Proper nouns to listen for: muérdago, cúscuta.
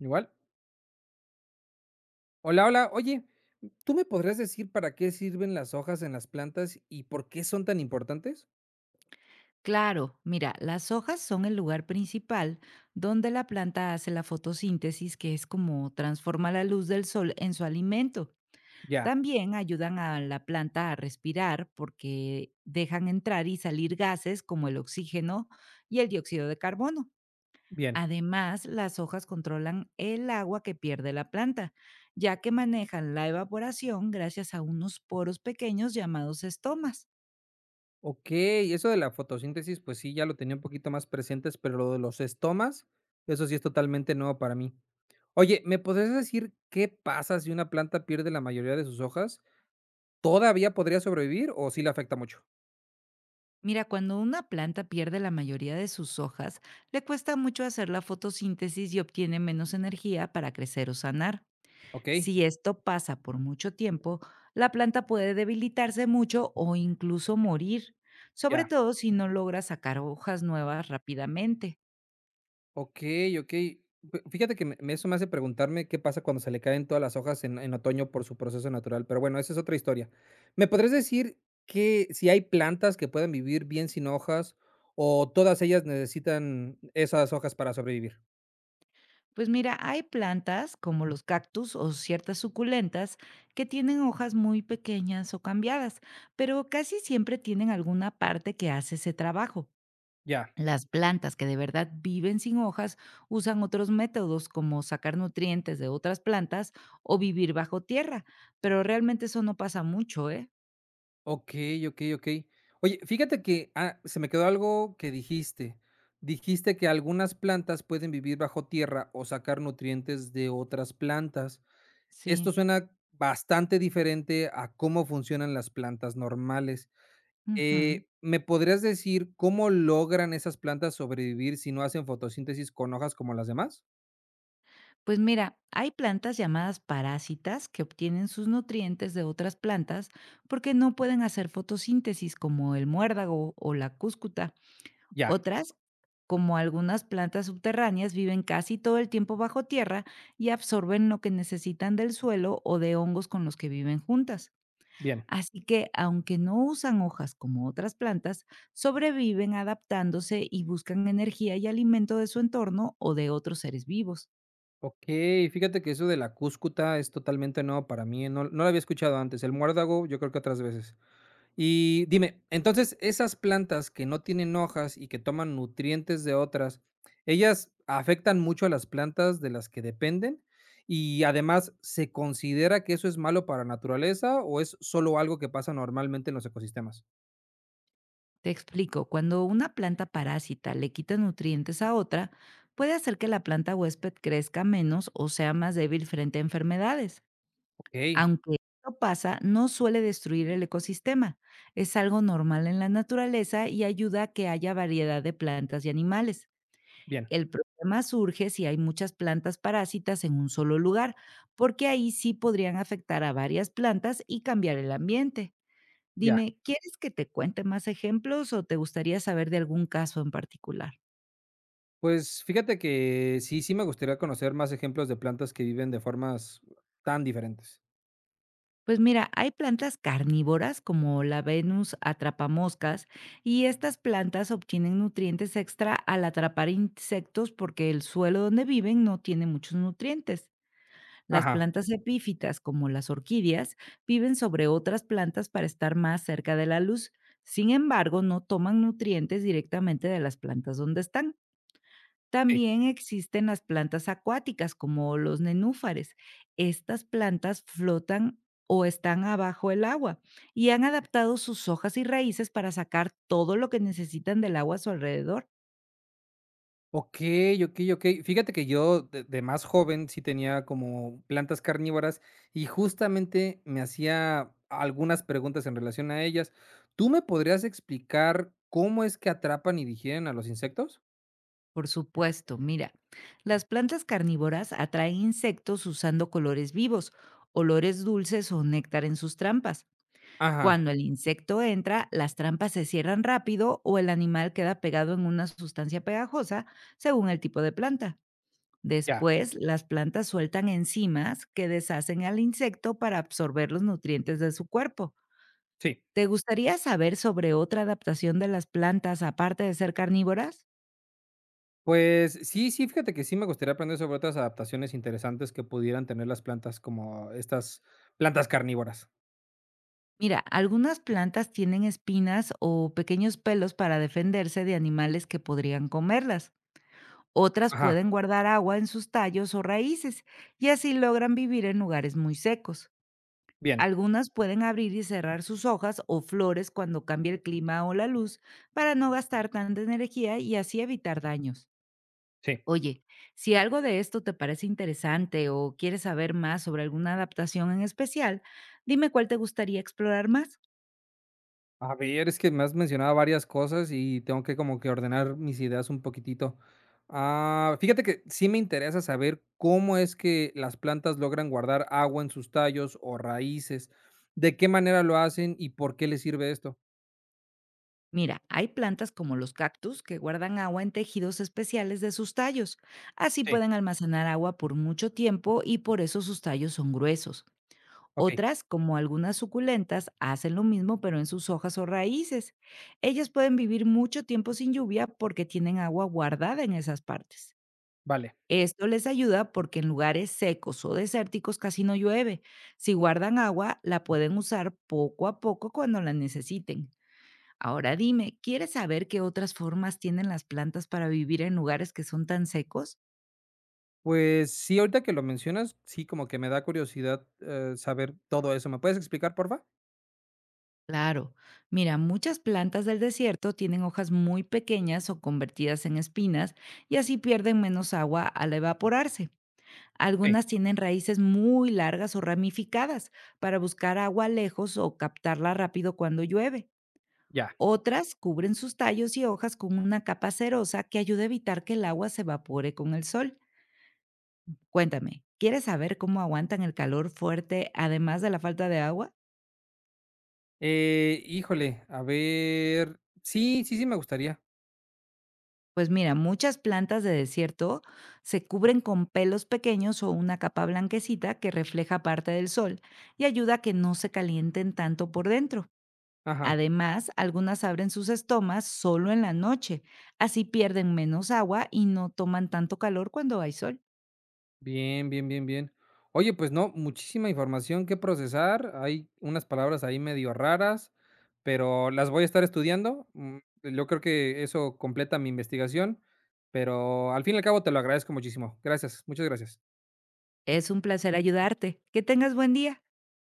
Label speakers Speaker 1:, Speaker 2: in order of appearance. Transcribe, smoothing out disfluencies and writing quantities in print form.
Speaker 1: Igual. Hola, hola. Oye, ¿tú me podrías decir para qué sirven las hojas en las plantas y por qué son tan importantes?
Speaker 2: Claro, mira, las hojas son el lugar principal donde la planta hace la fotosíntesis, que es como transforma la luz del sol en su alimento.
Speaker 1: Ya,
Speaker 2: También ayudan a la planta a respirar porque dejan entrar y salir gases como el oxígeno y el dióxido de carbono.
Speaker 1: bien.
Speaker 2: Además, las hojas controlan el agua que pierde la planta, ya que manejan la evaporación gracias a unos poros pequeños llamados estomas.
Speaker 1: Ok, eso de la fotosíntesis, pues sí, ya lo tenía un poquito más presentes, pero lo de los estomas, eso sí es totalmente nuevo para mí. Oye, ¿me podrías decir qué pasa si una planta pierde la mayoría de sus hojas? ¿Todavía podría sobrevivir o sí le afecta mucho?
Speaker 2: Mira, cuando una planta pierde la mayoría de sus hojas, le cuesta mucho hacer la fotosíntesis y obtiene menos energía para crecer o sanar.
Speaker 1: Ok,
Speaker 2: Si esto pasa por mucho tiempo, la planta puede debilitarse mucho o incluso morir, sobre
Speaker 1: ya.
Speaker 2: todo si no logra sacar hojas nuevas rápidamente.
Speaker 1: Okey, okey. F fíjate que me eso me hace preguntarme qué pasa cuando se le caen todas las hojas en otoño por su proceso natural, pero bueno, esa es otra historia. ¿Me podrías decir que si hay plantas que puedan vivir bien sin hojas, o todas ellas necesitan esas hojas para sobrevivir?
Speaker 2: Pues mira, hay plantas como los cactus o ciertas suculentas que tienen hojas muy pequeñas o cambiadas, pero casi siempre tienen alguna parte que hace ese trabajo.
Speaker 1: Ya.
Speaker 2: Las plantas que de verdad viven sin hojas usan otros métodos como sacar nutrientes de otras plantas o vivir bajo tierra, pero realmente eso no pasa mucho, ¿eh?
Speaker 1: Okey, okey, okey. Oye, fíjate que, se me quedó algo que dijiste. Dijiste que algunas plantas pueden vivir bajo tierra o sacar nutrientes de otras plantas.
Speaker 2: Sí.
Speaker 1: Esto suena bastante diferente a cómo funcionan las plantas normales.
Speaker 2: Ujú.
Speaker 1: ¿Me podrías decir cómo logran esas plantas sobrevivir si no hacen fotosíntesis con hojas como las demás?
Speaker 2: Pues mira, hay plantas llamadas parásitas que obtienen sus nutrientes de otras plantas porque no pueden hacer fotosíntesis como el muérdago o la cúscuta.
Speaker 1: Ya,
Speaker 2: Otras, como algunas plantas subterráneas, viven casi todo el tiempo bajo tierra y absorben lo que necesitan del suelo o de hongos con los que viven juntas.
Speaker 1: bien.
Speaker 2: Así que, aunque no usan hojas como otras plantas, sobreviven adaptándose y buscan energía y alimento de su entorno o de otros seres vivos.
Speaker 1: Okey, fíjate que eso de la cúscuta es totalmente nuevo para mí, no lo había escuchado antes. El muérdago, yo creo que otras veces. Y dime, entonces, esas plantas que no tienen hojas y que toman nutrientes de otras, ¿ellas afectan mucho a las plantas de las que dependen? Y además, ¿se considera que eso es malo para la naturaleza o es solo algo que pasa normalmente en los ecosistemas?
Speaker 2: Te explico, cuando una planta parásita le quita nutrientes a otra, puede hacer que la planta huésped crezca menos o sea más débil frente a enfermedades.
Speaker 1: Ok,
Speaker 2: Aunque esto pasa, no suele destruir el ecosistema. Es algo normal en la naturaleza y ayuda a que haya variedad de plantas y animales.
Speaker 1: bien,
Speaker 2: El problema surge si hay muchas plantas parásitas en un solo lugar, porque ahí sí podrían afectar a varias plantas y cambiar el ambiente.
Speaker 1: ya.
Speaker 2: Dime, ¿quieres que te cuente más ejemplos o te gustaría saber de algún caso en particular?
Speaker 1: Pues fíjate que sí, sí me gustaría conocer más ejemplos de plantas que viven de formas tan diferentes.
Speaker 2: Pues mira, hay plantas carnívoras como la Venus atrapamoscas y estas plantas obtienen nutrientes extra al atrapar insectos porque el suelo donde viven no tiene muchos nutrientes. Las
Speaker 1: Ajá,
Speaker 2: plantas epífitas como las orquídeas viven sobre otras plantas para estar más cerca de la luz. Sin embargo, no toman nutrientes directamente de las plantas donde están.
Speaker 1: sí.
Speaker 2: También existen las plantas acuáticas, como los nenúfares. Estas plantas flotan o están abajo el agua y han adaptado sus hojas y raíces para sacar todo lo que necesitan del agua a su alrededor.
Speaker 1: Okey, okey, okey. Fíjate que yo de más joven sí tenía como plantas carnívoras y justamente me hacía algunas preguntas en relación a ellas. ¿Tú me podrías explicar cómo es que atrapan y digieren a los insectos?
Speaker 2: Por supuesto, mira, las plantas carnívoras atraen insectos usando colores vivos, olores dulces o néctar en sus trampas.
Speaker 1: Ajá,
Speaker 2: Cuando el insecto entra, las trampas se cierran rápido o el animal queda pegado en una sustancia pegajosa, según el tipo de planta.
Speaker 1: ya,
Speaker 2: Después, las plantas sueltan enzimas que deshacen al insecto para absorber los nutrientes de su cuerpo.
Speaker 1: sí.
Speaker 2: ¿Te gustaría saber sobre otra adaptación de las plantas aparte de ser carnívoras?
Speaker 1: Pues sí, sí, fíjate que sí me gustaría aprender sobre otras adaptaciones interesantes que pudieran tener las plantas como estas plantas carnívoras.
Speaker 2: Mira, algunas plantas tienen espinas o pequeños pelos para defenderse de animales que podrían comerlas. Otras
Speaker 1: Ajá,
Speaker 2: pueden guardar agua en sus tallos o raíces y así logran vivir en lugares muy secos.
Speaker 1: bien,
Speaker 2: Algunas pueden abrir y cerrar sus hojas o flores cuando cambia el clima o la luz para no gastar tanta energía y así evitar daños.
Speaker 1: sí.
Speaker 2: Oye, si algo de esto te parece interesante o quieres saber más sobre alguna adaptación en especial, dime cuál te gustaría explorar más.
Speaker 1: A ver, es que me has mencionado varias cosas y tengo que como que ordenar mis ideas un poquitito. Fíjate que sí me interesa saber cómo es que las plantas logran guardar agua en sus tallos o raíces, de qué manera lo hacen y por qué les sirve esto.
Speaker 2: Mira, hay plantas como los cactus que guardan agua en tejidos especiales de sus tallos. Así
Speaker 1: Sí,
Speaker 2: pueden almacenar agua por mucho tiempo y por eso sus tallos son gruesos.
Speaker 1: Ok,
Speaker 2: Otras, como algunas suculentas, hacen lo mismo pero en sus hojas o raíces. Ellas pueden vivir mucho tiempo sin lluvia porque tienen agua guardada en esas partes.
Speaker 1: vale.
Speaker 2: Esto les ayuda porque en lugares secos o desérticos casi no llueve. Si guardan agua, la pueden usar poco a poco cuando la necesiten. Ahora dime, ¿quieres saber qué otras formas tienen las plantas para vivir en lugares que son tan secos?
Speaker 1: Pues sí, ahorita que lo mencionas, sí, como que me da curiosidad saber todo eso. ¿Me puedes explicar, porfa?
Speaker 2: Claro. Mira, muchas plantas del desierto tienen hojas muy pequeñas o convertidas en espinas y así pierden menos agua al evaporarse.
Speaker 1: Sí,
Speaker 2: Algunas tienen raíces muy largas o ramificadas para buscar agua lejos o captarla rápido cuando llueve.
Speaker 1: ya.
Speaker 2: Otras cubren sus tallos y hojas con una capa cerosa que ayuda a evitar que el agua se evapore con el sol. Cuéntame, ¿quieres saber cómo aguantan el calor fuerte además de la falta de agua?
Speaker 1: Híjole, a ver. Sí, sí, sí, me gustaría.
Speaker 2: Pues mira, muchas plantas de desierto se cubren con pelos pequeños o una capa blanquecita que refleja parte del sol y ayuda a que no se calienten tanto por dentro.
Speaker 1: Ajá.
Speaker 2: Además, algunas abren sus estomas solo en la noche, así pierden menos agua y no toman tanto calor cuando hay sol.
Speaker 1: Bien, bien, bien, bien. Oye, pues no, muchísima información que procesar. Hay unas palabras ahí medio raras, pero las voy a estar estudiando. Mm, yo creo que eso completa mi investigación, pero al fin y al cabo te lo agradezco muchísimo. Gracias, muchas gracias.
Speaker 2: Es un placer ayudarte. Que tengas buen día.